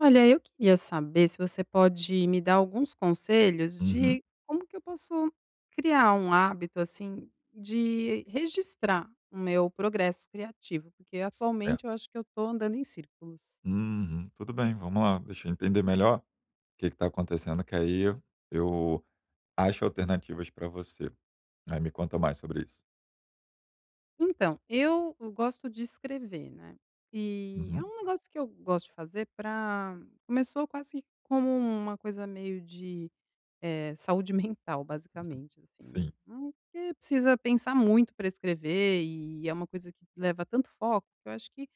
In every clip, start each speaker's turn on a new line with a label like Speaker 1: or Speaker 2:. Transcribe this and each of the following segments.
Speaker 1: Olha, eu queria saber se você pode me dar alguns conselhos
Speaker 2: Uhum.
Speaker 1: de como que eu posso criar um hábito, assim, de registrar o meu progresso criativo, porque
Speaker 2: Certo.
Speaker 1: atualmente eu acho que eu estou andando em círculos.
Speaker 2: Uhum. Tudo bem, vamos lá. Deixa eu entender melhor o que está acontecendo, que aí eu acho alternativas para você. Aí me conta mais sobre isso.
Speaker 1: Então, eu gosto de escrever, né, e é
Speaker 2: Uhum.
Speaker 1: um negócio que eu gosto de fazer. Para começou quase como uma coisa meio de saúde mental
Speaker 2: Uhum.
Speaker 1: basicamente, assim, né.
Speaker 2: Sim.
Speaker 1: Porque precisa pensar muito para escrever e é uma coisa que leva tanto foco, que eu acho que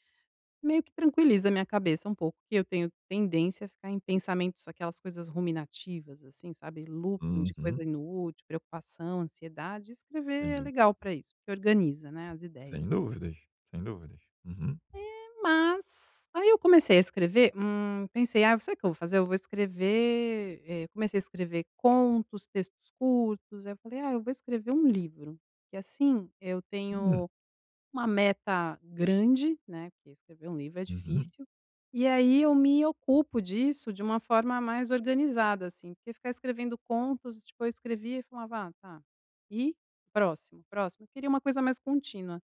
Speaker 1: meio que tranquiliza a minha cabeça um pouco, que eu tenho tendência a ficar em pensamentos, aquelas coisas ruminativas, assim, sabe, looping de coisa
Speaker 2: Uhum.
Speaker 1: inútil, preocupação, ansiedade, escrever é
Speaker 2: Entendi.
Speaker 1: legal para isso, porque organiza, né, as
Speaker 2: Sem
Speaker 1: ideias.
Speaker 2: dúvidas, sem dúvidas. Uhum.
Speaker 1: Mas aí eu comecei a escrever, pensei: "Ah, sabe o que eu vou fazer? Eu vou escrever", comecei a escrever contos, textos curtos, aí eu falei: "Ah, eu vou escrever um livro", que assim eu
Speaker 2: Hum.
Speaker 1: tenho uma meta grande, né, porque escrever um livro é
Speaker 2: Uhum.
Speaker 1: difícil, e aí eu me ocupo disso de uma forma mais organizada, assim, porque ficar escrevendo contos, tipo, eu escrevia e falava: "Ah, tá, e? Próximo, próximo". Eu queria uma coisa mais contínua.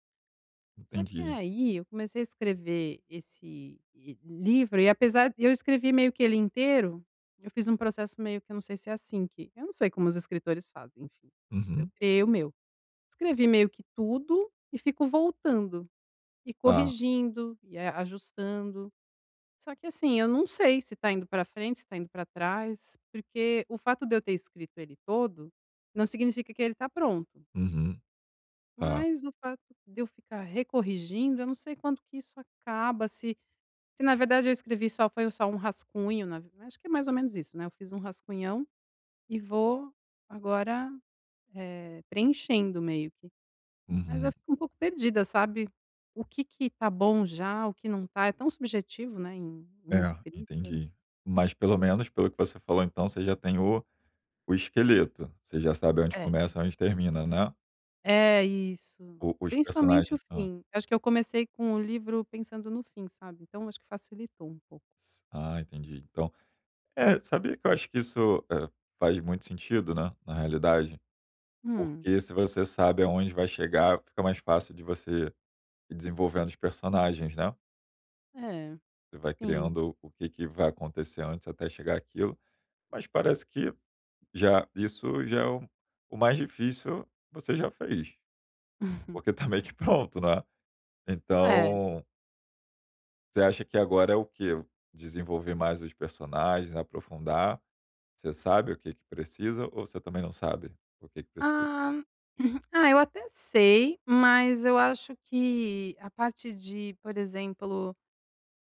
Speaker 1: Só que
Speaker 2: Entendi.
Speaker 1: aí eu comecei a escrever esse e livro e apesar de eu escrevi meio que ele inteiro, eu fiz um processo meio que eu não sei se é assim que eu não sei como os escritores fazem, enfim, mas eu
Speaker 2: Uhum.
Speaker 1: criei o meu. Escrevi meio que tudo e fico voltando e
Speaker 2: Tá.
Speaker 1: corrigindo e a ajustando. Só que assim, eu não sei se tá indo para frente, se tá indo para trás, porque o fato de eu ter escrito ele todo, não significa que ele tá pronto.
Speaker 2: Uhum. Tá.
Speaker 1: Mas o fato de eu ficar recorrigindo, eu não sei quanto que isso acaba, se na verdade eu escrevi só foi só um rascunho, na ve acho que é mais ou menos isso, né, eu fiz um rascunhão e vou agora, preenchendo meio que. Mas eu
Speaker 2: Uhum.
Speaker 1: fico um pouco perdida, sabe, o que que tá bom já, o que não tá, é tão subjetivo, né, em
Speaker 2: É,
Speaker 1: escrita.
Speaker 2: entendi. Mas pelo menos pelo que você falou então, você já tem o esqueleto. Você já sabe onde
Speaker 1: É.
Speaker 2: começa, e onde termina, né?
Speaker 1: É, isso.
Speaker 2: O os
Speaker 1: Principalmente o
Speaker 2: personagens. Hã.
Speaker 1: fim. Acho que eu comecei com o livro pensando no fim, sabe, então acho que facilitou um pouco.
Speaker 2: Entendi. Então é, sabia que eu acho que isso, faz muito sentido, né, na realidade?
Speaker 1: Hum,
Speaker 2: Porque se você sabe aonde vai chegar, fica mais fácil de você ir desenvolvendo os personagens, né.
Speaker 1: é.
Speaker 2: Você vai
Speaker 1: Sim.
Speaker 2: criando o que que vai acontecer antes até chegar aquilo. Mas parece que já isso já é o mais difícil você já fez, porque tá meio que pronto, né.
Speaker 1: É.
Speaker 2: Então, você acha que agora é o quê? Desenvolver mais os personagens, aprofundar. Você sabe o que que precisa ou você também não sabe o que que precisa?
Speaker 1: Ah, ah, eu até sei, mas eu acho que a parte de, por exemplo,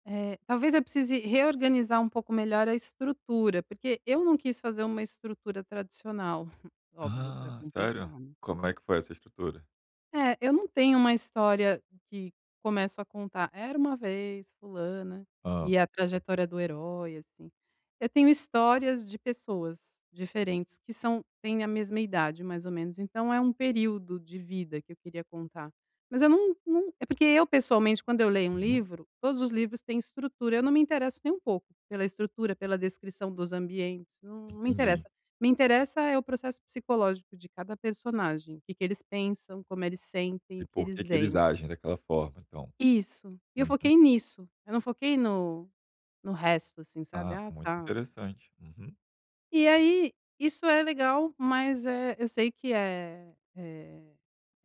Speaker 1: talvez eu precise reorganizar um pouco melhor a estrutura, porque eu não quis fazer uma estrutura tradicional, óbvio, para
Speaker 2: Ah, sério?
Speaker 1: complicar, né.
Speaker 2: Como é que foi essa estrutura?
Speaker 1: É, eu não tenho uma história que começo a contar: "Era uma vez fulana",
Speaker 2: Ah,
Speaker 1: e a trajetória do herói, assim. Eu tenho histórias de pessoas diferentes que são têm a mesma idade, mais ou menos, então é um período de vida que eu queria contar. Mas eu não não é porque eu, pessoalmente, quando eu leio um
Speaker 2: uhum,
Speaker 1: livro, todos os livros têm estrutura, eu não me interesso nem um pouco pela estrutura, pela descrição dos ambientes, não me
Speaker 2: entendi.
Speaker 1: interessa. Me interessa é o processo psicológico de cada personagem, o que que eles pensam, como eles sentem,
Speaker 2: E
Speaker 1: o que
Speaker 2: por
Speaker 1: eles
Speaker 2: que que eles
Speaker 1: veem.
Speaker 2: agem daquela forma, então?
Speaker 1: Isso, e eu
Speaker 2: Uhum.
Speaker 1: foquei nisso, eu não foquei no resto, assim, sabe,
Speaker 2: Ah,
Speaker 1: "Ah,
Speaker 2: muito
Speaker 1: tá".
Speaker 2: interessante. Uhum,
Speaker 1: E aí, isso é legal, mas, é, eu sei que é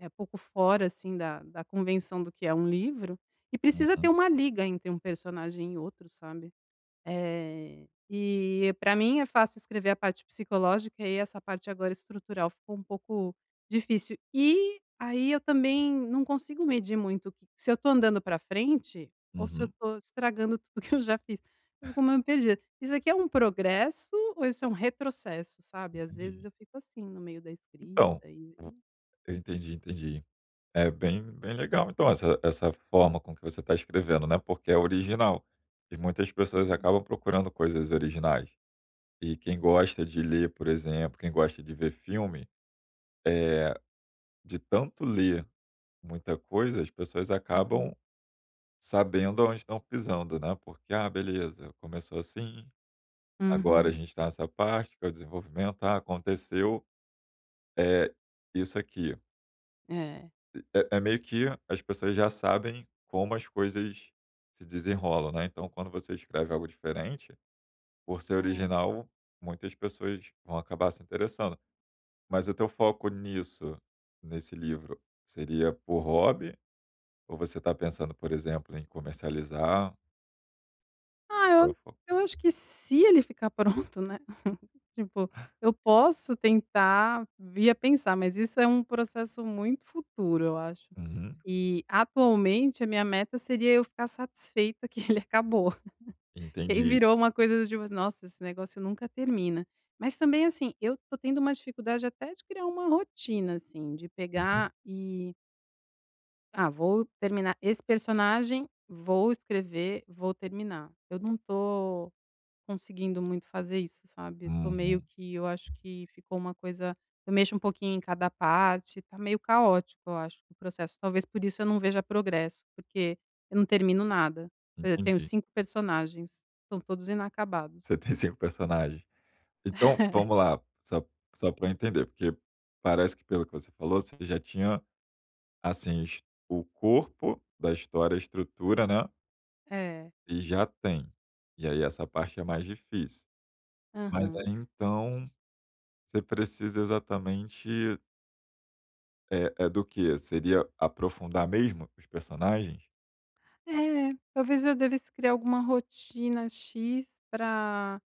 Speaker 1: é pouco fora, assim, da convenção do que é um livro, e precisa ter
Speaker 2: uhum,
Speaker 1: uma liga entre um personagem e outro, sabe. E para mim é fácil escrever a parte psicológica e essa parte agora estrutural ficou um pouco difícil. E aí eu também não consigo medir muito que se eu tô andando para frente ou se eu
Speaker 2: uhum,
Speaker 1: tô estragando tudo que eu já fiz. Eu fico meio perdida. Isso aqui é um progresso ou isso é um retrocesso, sabe? Às vezes
Speaker 2: entendi.
Speaker 1: eu fico assim no meio da
Speaker 2: Então,
Speaker 1: escrita e
Speaker 2: o eu entendi, entendi. É bem legal então essa forma com que você está escrevendo, né, porque é original. E muitas pessoas
Speaker 1: Uhum,
Speaker 2: acabam procurando coisas originais. E quem gosta de ler, por exemplo, quem gosta de ver filme. Eh, de tanto ler muita coisa, as pessoas
Speaker 1: uhum.
Speaker 2: acabam sabendo aonde estão pisando, né, porque: "Ah, beleza, começou assim, agora a
Speaker 1: Uhum.
Speaker 2: gente está nessa parte, que é o desenvolvimento. Ah, aconteceu, eh, isso aqui".
Speaker 1: É.
Speaker 2: É é meio que as pessoas já sabem como as coisas se desenrolam, né, então quando você escreve algo diferente, por ser
Speaker 1: É.
Speaker 2: original, muitas pessoas vão acabar se interessando. Mas o teu foco nisso, nesse livro, seria por hobby? Ou você está pensando, por exemplo, em comercializar?
Speaker 1: Ah,
Speaker 2: Qual é
Speaker 1: eu
Speaker 2: o foco?
Speaker 1: eu acho que se ele ficar pronto, né, tipo, eu posso tentar via pensar, mas isso é um processo muito futuro, eu acho.
Speaker 2: Uhum,
Speaker 1: E atualmente a minha meta seria eu ficar satisfeita que ele acabou, que aí
Speaker 2: entendi.
Speaker 1: virou uma coisa do tipo: assim, "Nossa, esse negócio nunca termina". Mas também, assim, eu tô tendo uma dificuldade até de criar uma rotina, assim, de
Speaker 2: Uhum,
Speaker 1: pegar e: "Ah, vou terminar esse personagem, vou escrever, vou terminar". Eu não tô conseguindo muito fazer isso, sabe. Tô meio
Speaker 2: uhum,
Speaker 1: que eu acho que ficou uma coisa eu mexo um pouquinho em cada parte, tá meio caótico, eu acho, o processo. Talvez por isso eu não veja progresso, porque eu não termino nada. Por exemplo, eu tenho
Speaker 2: entendi.
Speaker 1: cinco personagens, são todos
Speaker 2: Você
Speaker 1: inacabados.
Speaker 2: tem 5 personagens. Então, vamos lá, só só para eu entender, porque parece que pelo que você falou, você já tinha, assim, es o corpo da história, a estrutura, né,
Speaker 1: É.
Speaker 2: e já tem. E aí essa parte é mais difícil. Mas aí,
Speaker 1: Aham.
Speaker 2: então, você precisa exatamente é é do quê? Seria aprofundar mesmo os personagens?
Speaker 1: É, talvez eu devesse criar alguma rotina "X" para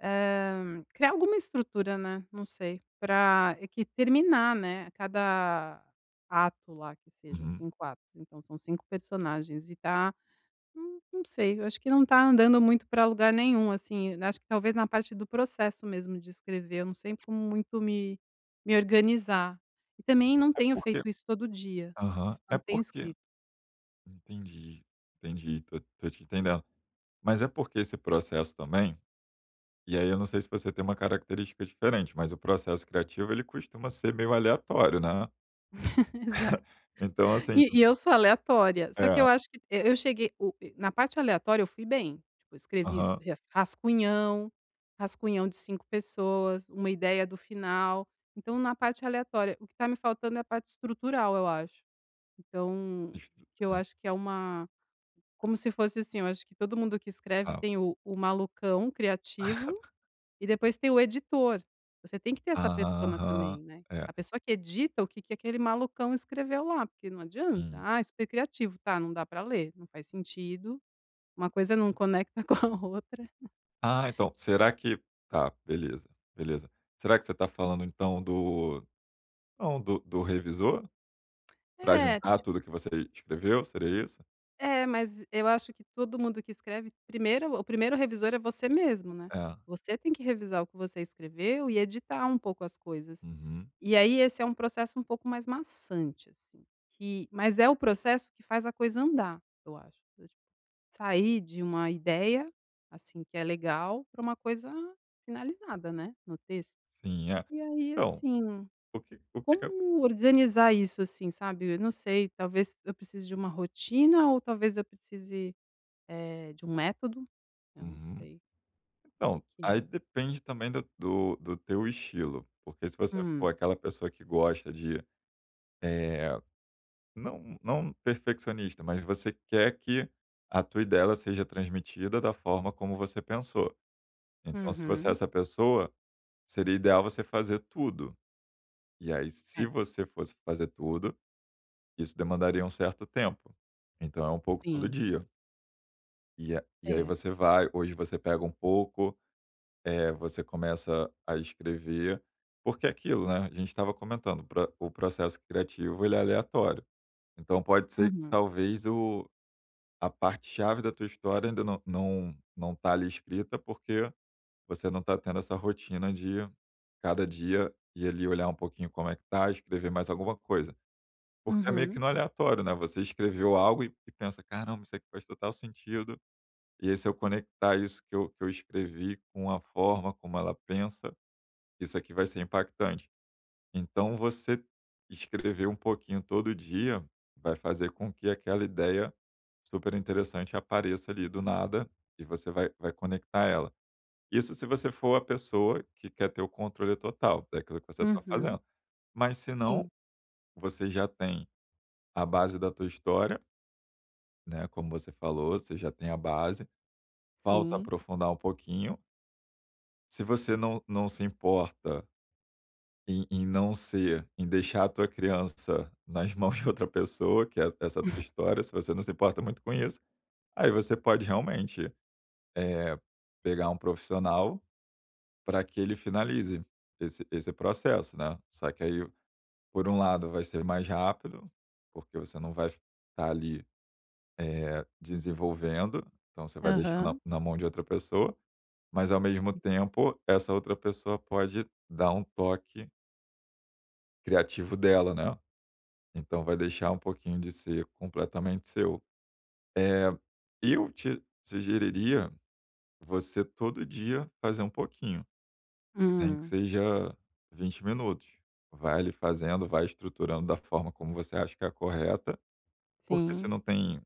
Speaker 1: Criar alguma estrutura, né, não sei, pra é que terminar, né, cada ato lá que seja
Speaker 2: Uhum.
Speaker 1: 5 atos, então são 5 personagens e tá não não sei, eu acho que não tá andando muito pra lugar nenhum, assim, eu acho que talvez na parte do processo mesmo de escrever, eu não sei como muito me organizar. E também não
Speaker 2: É
Speaker 1: tenho
Speaker 2: porque
Speaker 1: feito isso todo dia,
Speaker 2: aham.
Speaker 1: isso não
Speaker 2: É
Speaker 1: tenho
Speaker 2: porque
Speaker 1: escrito.
Speaker 2: entendi, entendi, tô te entendendo. Mas é porque esse processo também, e aí eu não sei se você tem uma característica diferente, mas o processo criativo ele costuma ser meio aleatório, né.
Speaker 1: Exato.
Speaker 2: Então assim
Speaker 1: E eu sou aleatória, só que eu
Speaker 2: é,
Speaker 1: acho que eu cheguei o na parte aleatória eu fui bem, tipo, eu escrevi s
Speaker 2: aham.
Speaker 1: ras rascunhão, rascunhão de 5 pessoas, uma ideia do final, então na parte aleatória, o que tá me faltando é a parte estrutural, eu acho. Então,
Speaker 2: estru-
Speaker 1: que eu
Speaker 2: É,
Speaker 1: acho que é uma como se fosse assim, eu acho que todo mundo que escreve
Speaker 2: tá.
Speaker 1: tem o malucão criativo e depois tem o editor. Você tem que ter essa persona
Speaker 2: Aham.
Speaker 1: também, né.
Speaker 2: É,
Speaker 1: A pessoa que edita o que que aquele malucão escreveu lá, porque não adianta.
Speaker 2: sim.
Speaker 1: "Ah, é super criativo", tá, não dá pra ler, não faz sentido, uma coisa não conecta com a outra.
Speaker 2: Ah, então, será que tá, beleza, beleza. Será que você está falando então do, não, do revisor? Para
Speaker 1: É,
Speaker 2: juntar tudo que você escreveu, seria isso?
Speaker 1: é, mas eu acho que todo mundo que escreve primeiro o primeiro revisor é você mesmo, né.
Speaker 2: É.
Speaker 1: Você tem que revisar o que você escreveu e editar um pouco as coisas.
Speaker 2: Uhum.
Speaker 1: E aí esse é um processo um pouco mais maçante, assim, que mas é o processo que faz a coisa andar, eu acho. Sair de uma ideia, assim, que é legal, para uma coisa finalizada, né, no texto.
Speaker 2: Sim, é.
Speaker 1: E aí,
Speaker 2: Então,
Speaker 1: assim,
Speaker 2: o que que eu
Speaker 1: como organizar isso, assim, sabe, eu não sei, talvez eu precise de uma rotina ou talvez eu precise, de um método, eu não
Speaker 2: uhum.
Speaker 1: sei o que
Speaker 2: Então,
Speaker 1: que
Speaker 2: aí
Speaker 1: é.
Speaker 2: depende também do teu estilo, porque se você
Speaker 1: Hum,
Speaker 2: for aquela pessoa que gosta de, eh, não não perfeccionista, mas você quer que a tua ideia seja transmitida da forma como você pensou. Então se você é
Speaker 1: uhum.
Speaker 2: essa pessoa, seria ideal você fazer tudo. E aí se
Speaker 1: É,
Speaker 2: você fosse fazer tudo, isso demandaria um certo tempo. Então é um pouco todo
Speaker 1: sim,
Speaker 2: dia. E aí
Speaker 1: é.
Speaker 2: você vai, hoje você pega um pouco. É, você começa a escrever, porque é aquilo, né, a gente estava comentando, pra o processo criativo ele é aleatório. Então pode ser que
Speaker 1: Uhum,
Speaker 2: talvez o a parte chave da tua história ainda não está ali escrita, porque você não está tendo essa rotina de cada dia ir ali olhar um pouquinho como é que está, escrever mais alguma coisa. Porque é meio que
Speaker 1: uhum,
Speaker 2: no aleatório, né, você escreveu algo e pensa: "Caramba, isso aqui faz total sentido, e aí se eu conectar isso que eu escrevi com a forma como ela pensa, isso aqui vai ser impactante". Então, você escrever um pouquinho todo dia vai fazer com que aquela ideia super interessante apareça ali do nada e você vai, vai conectar ela. Isso se você for a pessoa que quer ter o controle total daquilo que você está
Speaker 1: uhum.
Speaker 2: fazendo. Mas se não,
Speaker 1: Sim,
Speaker 2: você já tem a base da tua história, né? Como você falou, você já tem a base. Falta
Speaker 1: sim.
Speaker 2: aprofundar um pouquinho. Se você não, não se importa em em não ser em deixar a tua criança nas mãos de outra pessoa, que é essa tua história, se você não se importa muito com isso, aí você pode realmente pegar um profissional para que ele finalize esse processo, né. Só que aí, por um lado, vai ser mais rápido, porque você não vai estar ali desenvolvendo, então você vai deixar na
Speaker 1: Aham.
Speaker 2: na mão de outra pessoa, mas ao mesmo tempo, essa outra pessoa pode dar um toque criativo dela, né. Então vai deixar um pouquinho de ser completamente seu. Eh, eu te sugeriria você todo dia fazer um pouquinho, nem que
Speaker 1: Hum.
Speaker 2: seja 20 minutos. Vai ali fazendo, vai estruturando da forma como você acha que é a correta, porque você
Speaker 1: Sim,
Speaker 2: não tem,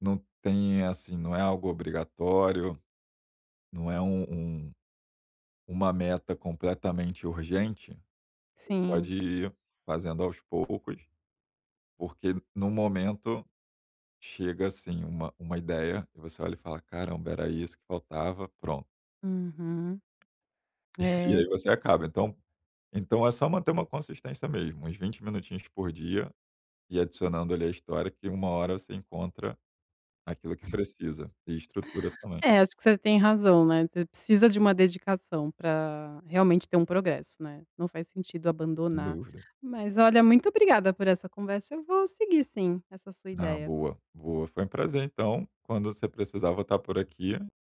Speaker 2: não tem, assim, não é algo obrigatório, não é um uma meta completamente urgente, pode
Speaker 1: sim.
Speaker 2: ir fazendo aos poucos, porque no momento chega assim uma ideia e você olha e fala: "Caramba, era isso que faltava", pronto.
Speaker 1: Uhum.
Speaker 2: E
Speaker 1: É.
Speaker 2: aí você acaba. Então então é só manter uma consistência mesmo, uns 20 minutinhos por dia e adicionando ali a história que uma hora você encontra aquilo que precisa, e estrutura também,
Speaker 1: É, acho que você tem razão, né, você precisa de uma dedicação para realmente ter um progresso, né, não faz sentido
Speaker 2: sem
Speaker 1: abandonar.
Speaker 2: dúvida.
Speaker 1: Mas olha, muito obrigada por essa conversa, eu vou seguir sim, essa sua
Speaker 2: Ah,
Speaker 1: ideia.
Speaker 2: boa, boa. Foi um prazer então, quando você precisar vou estar por aqui.